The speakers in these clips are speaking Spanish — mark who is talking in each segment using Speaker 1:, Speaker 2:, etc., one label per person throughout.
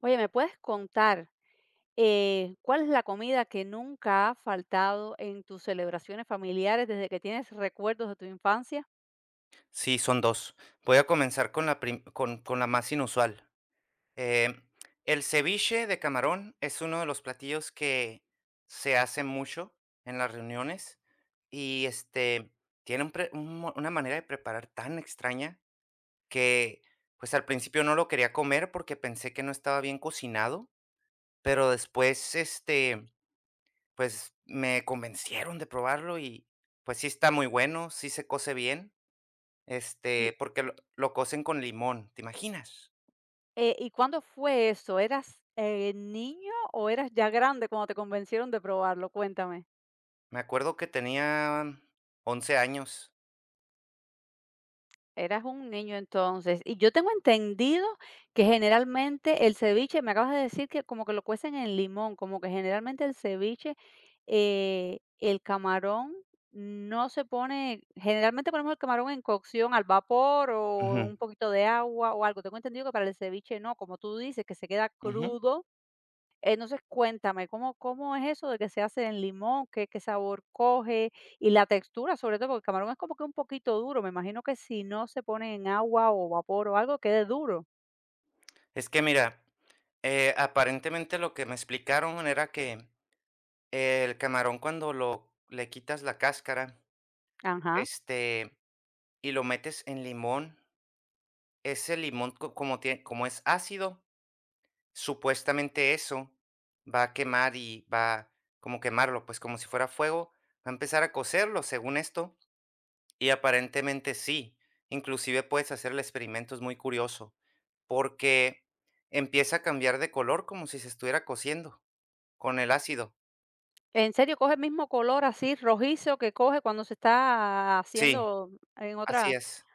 Speaker 1: Oye, ¿me puedes contar, cuál es la comida que nunca ha faltado en tus celebraciones familiares desde que tienes recuerdos de tu infancia?
Speaker 2: Sí, son 2. Voy a comenzar con la más inusual. Em, el ceviche de camarón es uno de los platillos que se hace mucho en las reuniones y, tiene un pre un mo una manera de preparar tan extraña que, pues, al principio no lo quería comer porque pensé que no estaba bien cocinado, pero después, pues, me convencieron de probarlo y, pues, sí está muy bueno, sí se cose bien.
Speaker 1: ¿Y,
Speaker 2: Porque lo cocen con limón, ¿te imaginas?
Speaker 1: y cuándo fue eso? ¿Eras, niño o eras ya grande cuando te convencieron de probarlo? Cuéntame.
Speaker 2: Me acuerdo que tenía 11 años.
Speaker 1: Eras un niño entonces. Y yo tengo entendido que generalmente el ceviche, me acabas de decir que como que lo cuecen en limón, como que generalmente el ceviche, el camarón no se pone, generalmente ponemos el camarón en cocción al vapor o
Speaker 2: Ujú,
Speaker 1: un poquito de agua o algo. Tengo entendido que para el ceviche no, como tú dices, que se queda
Speaker 2: ujú.
Speaker 1: crudo. Entonces, cuéntame, ¿cómo es eso de que se hace en limón? ¿Qué sabor coge? Y la textura, sobre todo, porque el camarón es como que un poquito duro. Me imagino que si no se pone en agua o vapor o algo, quede duro.
Speaker 2: Es que mira, aparentemente lo que me explicaron era que el camarón cuando lo le quitas la cáscara,
Speaker 1: Ajá.
Speaker 2: este, y lo metes en limón, ese limón co como tie como es ácido, supuestamente eso va a quemar y va como quemarlo, pues, como si fuera fuego, va a empezar a cocerlo, según esto. Y aparentemente sí, inclusive puedes hacer el experimento, es muy curioso, porque empieza a cambiar de color como si se estuviera cociendo con el ácido.
Speaker 1: ¿En serio coge el mismo color así rojizo que coge cuando se está
Speaker 2: Sí,
Speaker 1: haciendo en
Speaker 2: así
Speaker 1: otra?
Speaker 2: es.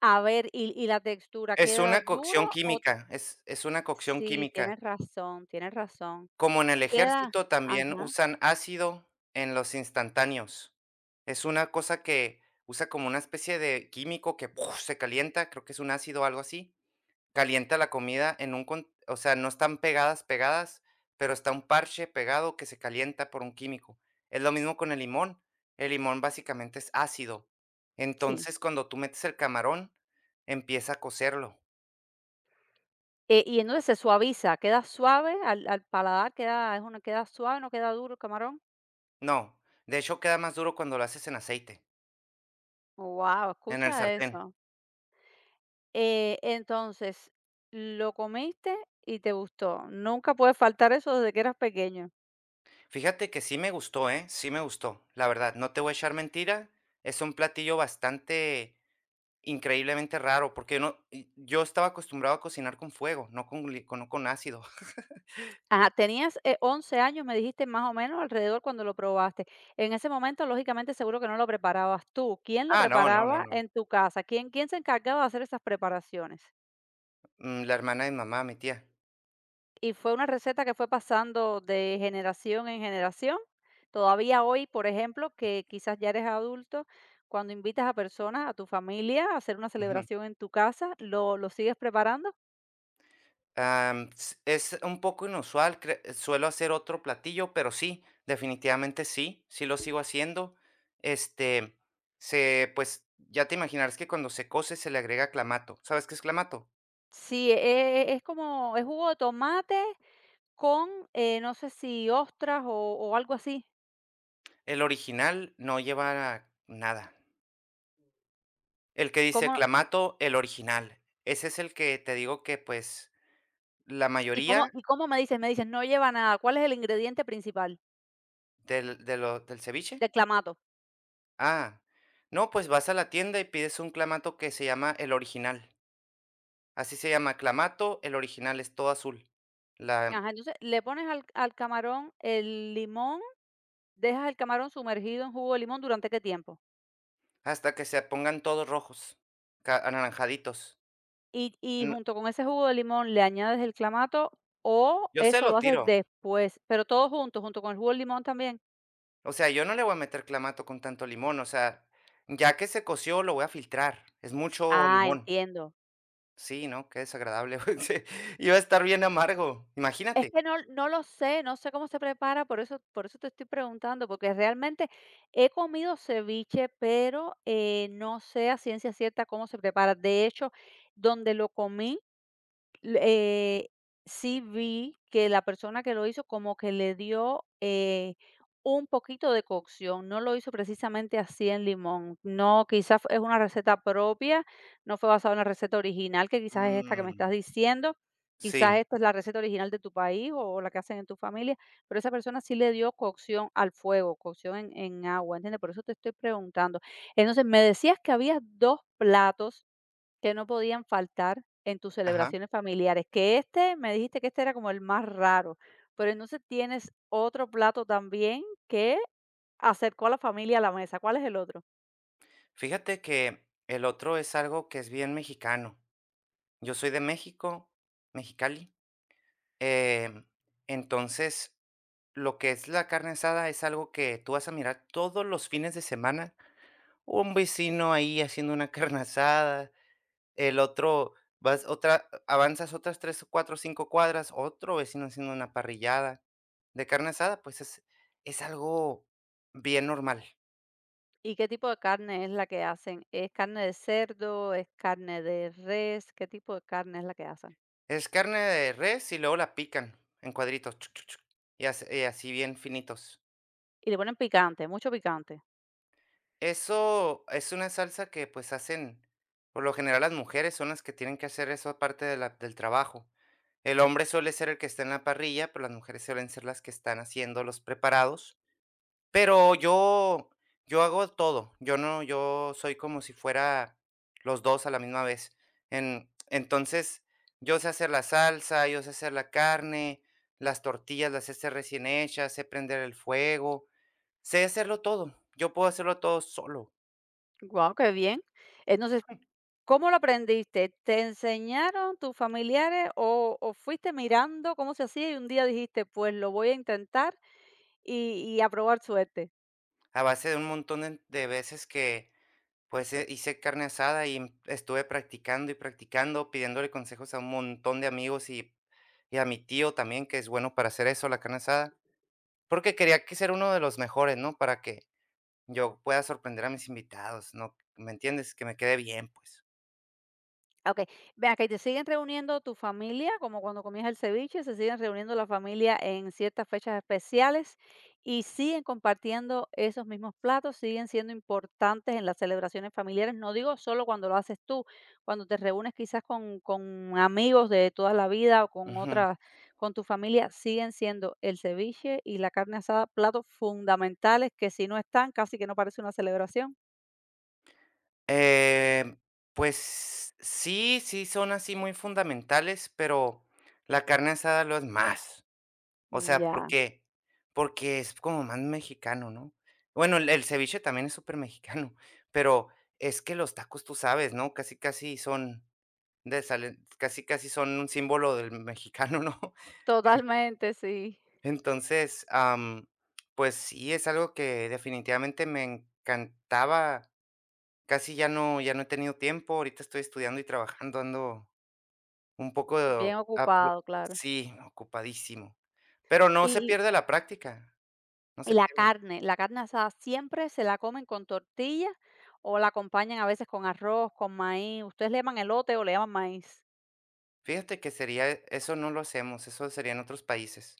Speaker 1: A ver, y la textura,
Speaker 2: Es
Speaker 1: ¿queda
Speaker 2: una
Speaker 1: duro
Speaker 2: cocción
Speaker 1: o?
Speaker 2: química, es una cocción
Speaker 1: Sí,
Speaker 2: química.
Speaker 1: tienes razón, tienes razón.
Speaker 2: Como en el
Speaker 1: Queda,
Speaker 2: ejército también
Speaker 1: ajá,
Speaker 2: usan ácido en los instantáneos. Es una cosa que usa como una especie de químico que ¡puf! Se calienta, creo que es un ácido o algo así. Calienta la comida en un con o sea, no están pegadas, pegadas, pero está un parche pegado que se calienta por un químico. Es lo mismo con el limón. El limón básicamente es ácido.
Speaker 1: sí.
Speaker 2: Entonces, cuando tú metes el camarón, empieza a cocerlo.
Speaker 1: Y entonces se suaviza, queda suave al paladar, queda es una queda suave, no queda duro el camarón.
Speaker 2: No, de hecho queda más duro cuando lo haces en aceite,
Speaker 1: Guau,
Speaker 2: en el
Speaker 1: escucha
Speaker 2: sartén.
Speaker 1: eso. Entonces, lo comiste y te gustó. Nunca puede faltar eso desde que eras pequeño.
Speaker 2: Fíjate que sí me gustó, ¿eh? Sí me gustó, la verdad, no te voy a echar mentira. Es un platillo bastante increíblemente raro, porque no y yo estaba acostumbrado a cocinar con fuego, no con ácido.
Speaker 1: Ajá, tenías, 11 años, me dijiste más o menos alrededor cuando lo probaste. En ese momento, lógicamente, seguro que no lo preparabas tú. ¿Quién lo
Speaker 2: Ah, no, no, no,
Speaker 1: preparaba
Speaker 2: no.
Speaker 1: en tu casa? ¿Quién se encargaba de hacer esas preparaciones?
Speaker 2: La hermana de mi mamá, mi tía.
Speaker 1: Y fue una receta que fue pasando de generación en generación. Todavía hoy, por ejemplo, que quizás ya eres adulto, cuando invitas a personas, a tu familia, a hacer una
Speaker 2: Ujú.
Speaker 1: celebración en tu casa, ¿lo sigues preparando?
Speaker 2: Am, s es un poco inusual, cre suelo hacer otro platillo, pero sí, definitivamente sí, sí lo sigo haciendo. Este, se pues, ya te imaginarás que cuando se cose se le agrega clamato, ¿sabes qué es clamato?
Speaker 1: Sí, es como, es jugo de tomate con, no sé si ostras o algo así.
Speaker 2: El original no lleva nada. El que dice
Speaker 1: ¿Cómo,
Speaker 2: clamato, el original. Ese es el que te digo que, pues ¿la mayoría
Speaker 1: ¿Y cómo me dices? Me dices, no lleva nada. ¿Cuál es el ingrediente principal?
Speaker 2: del de lo del ceviche?
Speaker 1: Del clamato.
Speaker 2: Ah, no, pues vas a la tienda y pides un clamato que se llama El Original. Así se llama, clamato, El Original, es todo azul. La
Speaker 1: Ajá, entonces le pones al, al camarón el limón. Dejas el camarón sumergido en jugo de limón, ¿durante qué tiempo?
Speaker 2: hasta que se pongan todos rojos, ca anaranjaditos.
Speaker 1: Y
Speaker 2: N
Speaker 1: junto con ese jugo de limón, ¿le añades el clamato o
Speaker 2: yo se
Speaker 1: eso lo
Speaker 2: lo
Speaker 1: haces
Speaker 2: tiro.
Speaker 1: después? Pero todo junto, junto con el jugo de limón también.
Speaker 2: O sea, yo no le voy a meter clamato con tanto limón, o sea, ya que se coció, lo voy a filtrar. Es mucho
Speaker 1: Ah,
Speaker 2: limón.
Speaker 1: entiendo.
Speaker 2: Sí, no, qué desagradable, güey, sí. Iba a estar bien amargo,
Speaker 1: Es
Speaker 2: imagínate.
Speaker 1: que no no lo sé, no sé cómo se prepara, por eso te estoy preguntando, porque realmente he comido ceviche, pero, no sé a ciencia cierta cómo se prepara. De hecho, donde lo comí L sí vi que la persona que lo hizo como que le dio, un poquito de cocción, no lo hizo precisamente así en limón. No, quizás es una receta propia, no fue basado en la receta original, que quizás es esta que me
Speaker 2: Mm,
Speaker 1: estás diciendo, quizás
Speaker 2: sí,
Speaker 1: esta es la receta original de tu país o la que hacen en tu familia, pero esa persona sí le dio cocción al fuego, cocción en agua, ¿entiendes? Por eso te estoy preguntando. Entonces, me decías que había 2 platos que no podían faltar en tus
Speaker 2: ajá.
Speaker 1: celebraciones familiares, que este, me dijiste que este era como el más raro, pero entonces tienes otro plato también que acercó a la familia a la mesa, ¿cuál es el otro?
Speaker 2: Fíjate que el otro es algo que es bien mexicano. Yo soy de México, Mexicali. em, entonces, lo que es la carne asada es algo que tú vas a mirar todos los fines de semana. Un vecino ahí haciendo una carne asada, el otro, avanzas otras 3 o 4 o 5 cuadras, otro vecino haciendo una parrillada de carne asada, pues es algo bien normal.
Speaker 1: ¿Y qué tipo de carne es la que hacen? ¿Es carne de cerdo? ¿Es carne de res? ¿Qué tipo de carne es la que hacen?
Speaker 2: Es carne de res y luego la pican en cuadritos, chuc, chuc, chuc, y así bien finitos.
Speaker 1: Y le ponen picante, mucho picante.
Speaker 2: Eso es una salsa que pues hacen, por lo general las mujeres son las que tienen que hacer eso aparte de del trabajo. El hombre suele ser el que está en la parrilla, pero las mujeres suelen ser las que están haciendo los preparados. Pero yo hago todo. Yo soy como si fuera los 2 a la misma vez. En entonces, yo sé hacer la salsa, yo sé hacer la carne, las tortillas las sé hacer recién hechas, sé prender el fuego, sé hacerlo todo. Yo puedo hacerlo todo solo,
Speaker 1: Guau, qué bien. Entonces, ¿cómo lo aprendiste? ¿Te enseñaron tus familiares o fuiste mirando cómo se hacía y un día dijiste, pues lo voy a intentar y a probar suerte?
Speaker 2: a base de un montón de veces que, pues, hice carne asada y estuve practicando y practicando, pidiéndole consejos a un montón de amigos y a mi tío también, que es bueno para hacer eso, la carne asada. Porque quería que ser uno de los mejores, ¿no? Para que yo pueda sorprender a mis invitados, ¿no? ¿Me entiendes? Que me quede bien, pues.
Speaker 1: Ah, okey. Ven te siguen reuniendo tu familia, como cuando comías el ceviche, ¿se siguen reuniendo la familia en ciertas fechas especiales y siguen compartiendo esos mismos platos, siguen siendo importantes en las celebraciones familiares? No digo solo cuando lo haces tú, cuando te reúnes quizás con amigos de toda la vida o con
Speaker 2: Ujú.
Speaker 1: otras, con tu familia, siguen siendo el ceviche y la carne asada platos fundamentales que si no están, casi que no parece una celebración.
Speaker 2: Em, pues sí, sí son así muy fundamentales, pero la carne asada lo es más. O
Speaker 1: Mm,
Speaker 2: sea,
Speaker 1: ya.
Speaker 2: porque es como más mexicano, ¿no? Bueno, el ceviche también es súper mexicano, pero es que los tacos, tú sabes, ¿no? Casi, casi son de salen casi, casi son un símbolo del mexicano, ¿no?
Speaker 1: Totalmente, sí.
Speaker 2: Entonces, pues sí, es algo que definitivamente me encantaba. Casi ya no he tenido tiempo. Ahorita estoy estudiando y trabajando, ando un poco
Speaker 1: Bien
Speaker 2: apu
Speaker 1: ocupado, claro.
Speaker 2: sí, ocupadísimo. Pero no
Speaker 1: Y
Speaker 2: se
Speaker 1: y
Speaker 2: pierde la práctica, no se pierde.
Speaker 1: la carne asada, ¿siempre se la comen con tortilla o la acompañan a veces con arroz, con maíz? ¿Ustedes le llaman elote o le llaman maíz?
Speaker 2: Fíjate que sería eso no lo hacemos, eso sería en otros países.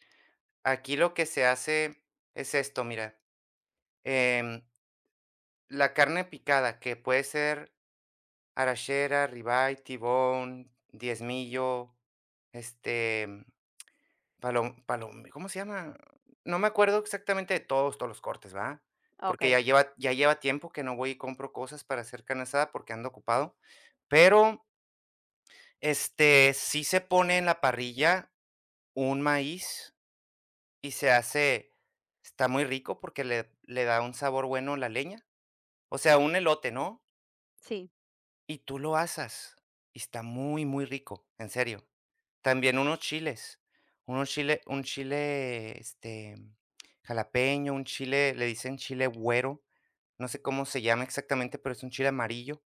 Speaker 2: Aquí lo que se hace es esto, mira, em, la carne picada, que puede ser Arachera, ribeye, tibón, diezmillo, este, palom palom ¿cómo se llama? No me acuerdo exactamente de todos los cortes, ¿va? Porque
Speaker 1: Okey,
Speaker 2: ya lleva tiempo que no voy y compro cosas para hacer carne asada porque ando ocupado, pero, sí se pone en la parrilla un maíz y se hace. Está muy rico porque le da un sabor bueno a la leña, o sea, un elote, ¿no?
Speaker 1: sí.
Speaker 2: Y tú lo asas y está muy, muy rico, en serio. También unos chiles, unos chile un chile, jalapeño, un chile, le dicen chile güero, no sé cómo se llama exactamente, pero es un chile amarillo,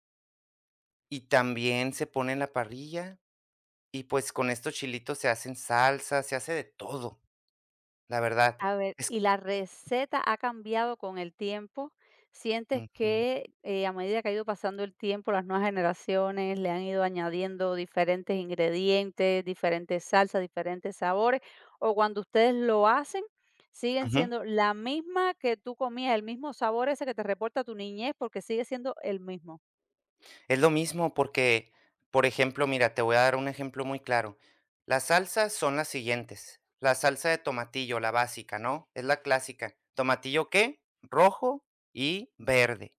Speaker 2: y también se pone en la parrilla, y, pues, con estos chilitos se hacen salsas, se hace de todo, la verdad.
Speaker 1: A ver, ¿y
Speaker 2: Es
Speaker 1: la receta ha cambiado con el tiempo? ¿Sientes
Speaker 2: ujú,
Speaker 1: que a medida que ha ido pasando el tiempo, las nuevas generaciones le han ido añadiendo diferentes ingredientes, diferentes salsas, diferentes sabores? ¿O cuando ustedes lo hacen, siguen
Speaker 2: ujú.
Speaker 1: siendo la misma que tú comías, el mismo sabor ese que te reporta tu niñez, porque sigue siendo el mismo?
Speaker 2: Es lo mismo porque, por ejemplo, mira, te voy a dar un ejemplo muy claro. Las salsas son las siguientes. La salsa de tomatillo, la básica, ¿no? Es la clásica. ¿Tomatillo qué? Rojo y verde.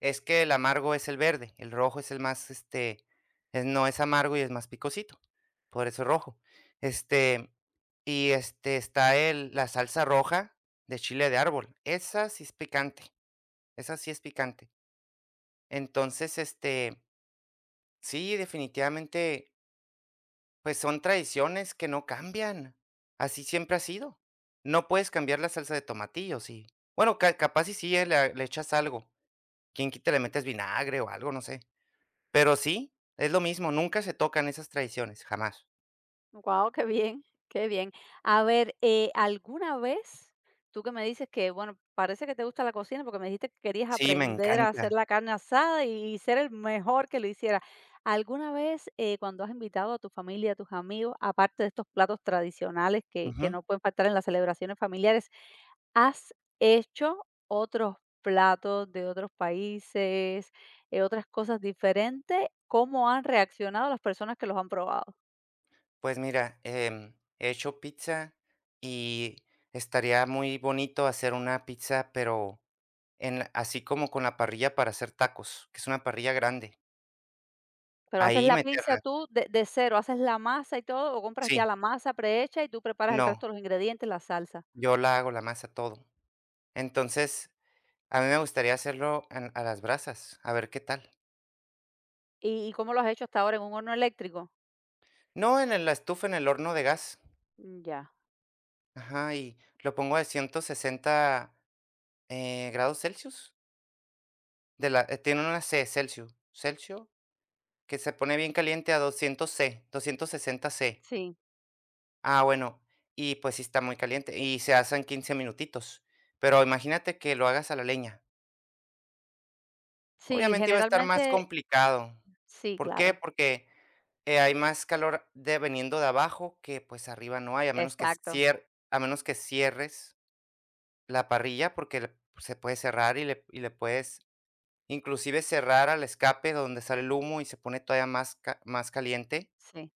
Speaker 2: Es que el amargo es el verde, el rojo es el más, no es amargo y es más picosito. Por eso es rojo. Este, y este está la salsa roja de chile de árbol. Esa sí es picante. Esa sí es picante. Entonces, sí, definitivamente, pues son tradiciones que no cambian. Así siempre ha sido. No puedes cambiar la salsa de tomatillo, sí. Bueno, capaz y sí, le echas algo. Quien quita le metes vinagre o algo, no sé. Pero sí, es lo mismo. Nunca se tocan esas tradiciones, jamás.
Speaker 1: Guau, qué bien, qué bien. A ver, ¿alguna vez tú que me dices que, bueno, parece que te gusta la cocina porque me dijiste que querías
Speaker 2: Sí, me
Speaker 1: aprender a hacer
Speaker 2: encanta.
Speaker 1: la carne asada y ser el mejor que lo hiciera? ¿Alguna vez cuando has invitado a tu familia, a tus amigos, aparte de estos platos tradicionales que
Speaker 2: Ujú.
Speaker 1: no pueden faltar en las celebraciones familiares, has hecho otros platos de otros países, otras cosas diferentes? ¿Cómo han reaccionado las personas que los han probado?
Speaker 2: Pues mira, he hecho pizza y estaría muy bonito hacer una pizza, pero así como con la parrilla para hacer tacos, que es una parrilla grande.
Speaker 1: Pero, ¿haces
Speaker 2: Ahí
Speaker 1: la pizza
Speaker 2: meterla.
Speaker 1: tú de cero, haces la masa y todo, o compras ya
Speaker 2: Sí,
Speaker 1: la masa prehecha y tú preparas el
Speaker 2: no,
Speaker 1: resto de los ingredientes, la salsa?
Speaker 2: yo la hago la masa, todo. Entonces, a mí me gustaría hacerlo en a las brasas, a ver qué tal.
Speaker 1: ¿Y cómo lo has hecho hasta ahora, en un horno eléctrico?
Speaker 2: No, en el la estufa, en el horno de gas.
Speaker 1: Mm, ya.
Speaker 2: Ajá, y lo pongo a 160, grados Celsius. De la tiene una C, Celsius que se pone bien caliente a 260 °C.
Speaker 1: Sí,
Speaker 2: Ah, bueno, y pues sí está muy caliente, y se hacen 15 minutitos. Pero imagínate que lo hagas a la leña.
Speaker 1: sí,
Speaker 2: Obviamente iba a estar más
Speaker 1: generalmente
Speaker 2: complicado.
Speaker 1: sí,
Speaker 2: ¿Por qué?
Speaker 1: claro.
Speaker 2: Porque, hay más calor de viniendo de abajo que, pues, arriba no hay, a menos que
Speaker 1: Exacto,
Speaker 2: cierres la parrilla, porque le pues, se puede cerrar y le puedes inclusive cerrar al escape donde sale el humo y se pone todavía más caliente.
Speaker 1: sí.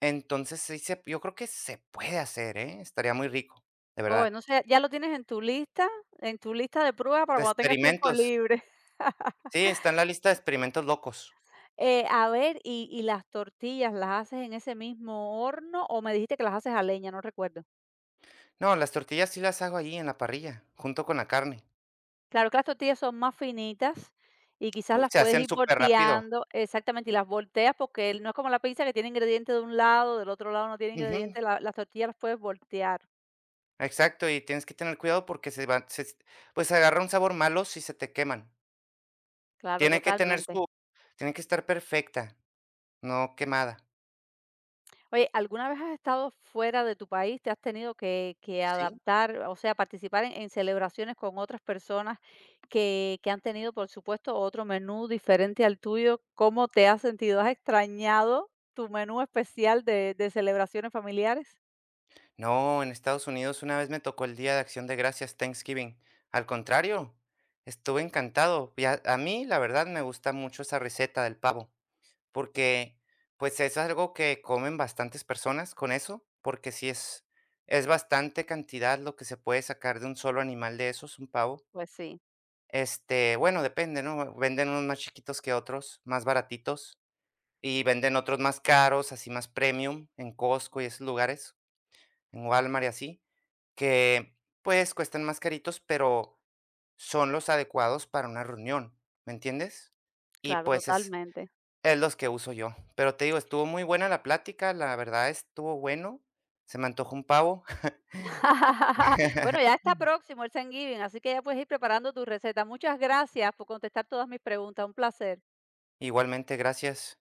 Speaker 2: Entonces, sí se yo creo que se puede hacer, ¿eh? Estaría muy rico, de
Speaker 1: Oh,
Speaker 2: verdad.
Speaker 1: entonces, ya lo tienes en tu lista, en tu lista de pruebas para
Speaker 2: De
Speaker 1: cuando tengas tiempo
Speaker 2: experimentos.
Speaker 1: libre.
Speaker 2: Sí, está en la lista de experimentos locos.
Speaker 1: A ver, ¿y las tortillas las haces en ese mismo horno, o me dijiste que las haces a leña? No recuerdo.
Speaker 2: No, las tortillas sí las hago ahí en la parrilla, junto con la carne.
Speaker 1: Claro que las tortillas son más finitas y quizás
Speaker 2: Uy,
Speaker 1: las
Speaker 2: se
Speaker 1: puedes
Speaker 2: hacen
Speaker 1: ir
Speaker 2: súper rápido,
Speaker 1: volteando exactamente, y las volteas porque no es como la pizza que tiene ingredientes de un lado, del otro lado no tiene
Speaker 2: ujú,
Speaker 1: ingredientes, la las tortillas las puedes voltear.
Speaker 2: exacto, y tienes que tener cuidado porque se van se pues, agarra un sabor malo si se te queman.
Speaker 1: Claro,
Speaker 2: Tiene que tener
Speaker 1: totalmente.
Speaker 2: su tiene que estar perfecta, no quemada,
Speaker 1: Oye, ¿alguna vez has estado fuera de tu país? ¿Te has tenido que
Speaker 2: ¿sí?
Speaker 1: adaptar, o sea, participar en celebraciones con otras personas que han tenido, por supuesto, otro menú diferente al tuyo? ¿Cómo te has sentido? ¿Has extrañado tu menú especial de celebraciones familiares?
Speaker 2: No, en Estados Unidos una vez me tocó el Día de Acción de Gracias, Thanksgiving. Al contrario, estuve encantado. Y a mí, la verdad, me gusta mucho esa receta del pavo. Porque, pues, es algo que comen bastantes personas con eso, porque sí es bastante cantidad lo que se puede sacar de un solo animal de esos, un pavo.
Speaker 1: Pues sí.
Speaker 2: Bueno, depende, ¿no? Venden unos más chiquitos que otros, más baratitos, y venden otros más caros, así más premium, en Costco y esos lugares, en Walmart y así, que, pues, cuestan más caritos, pero son los adecuados para una reunión, ¿me entiendes? Y,
Speaker 1: Claro,
Speaker 2: pues, es
Speaker 1: totalmente.
Speaker 2: los que uso yo. Pero te digo, estuvo muy buena la plática, la verdad estuvo bueno. Se me antojó un pavo.
Speaker 1: Bueno, ya está próximo el Thanksgiving, así que ya puedes ir preparando tu receta. Muchas gracias por contestar todas mis preguntas, un placer.
Speaker 2: Igualmente, gracias.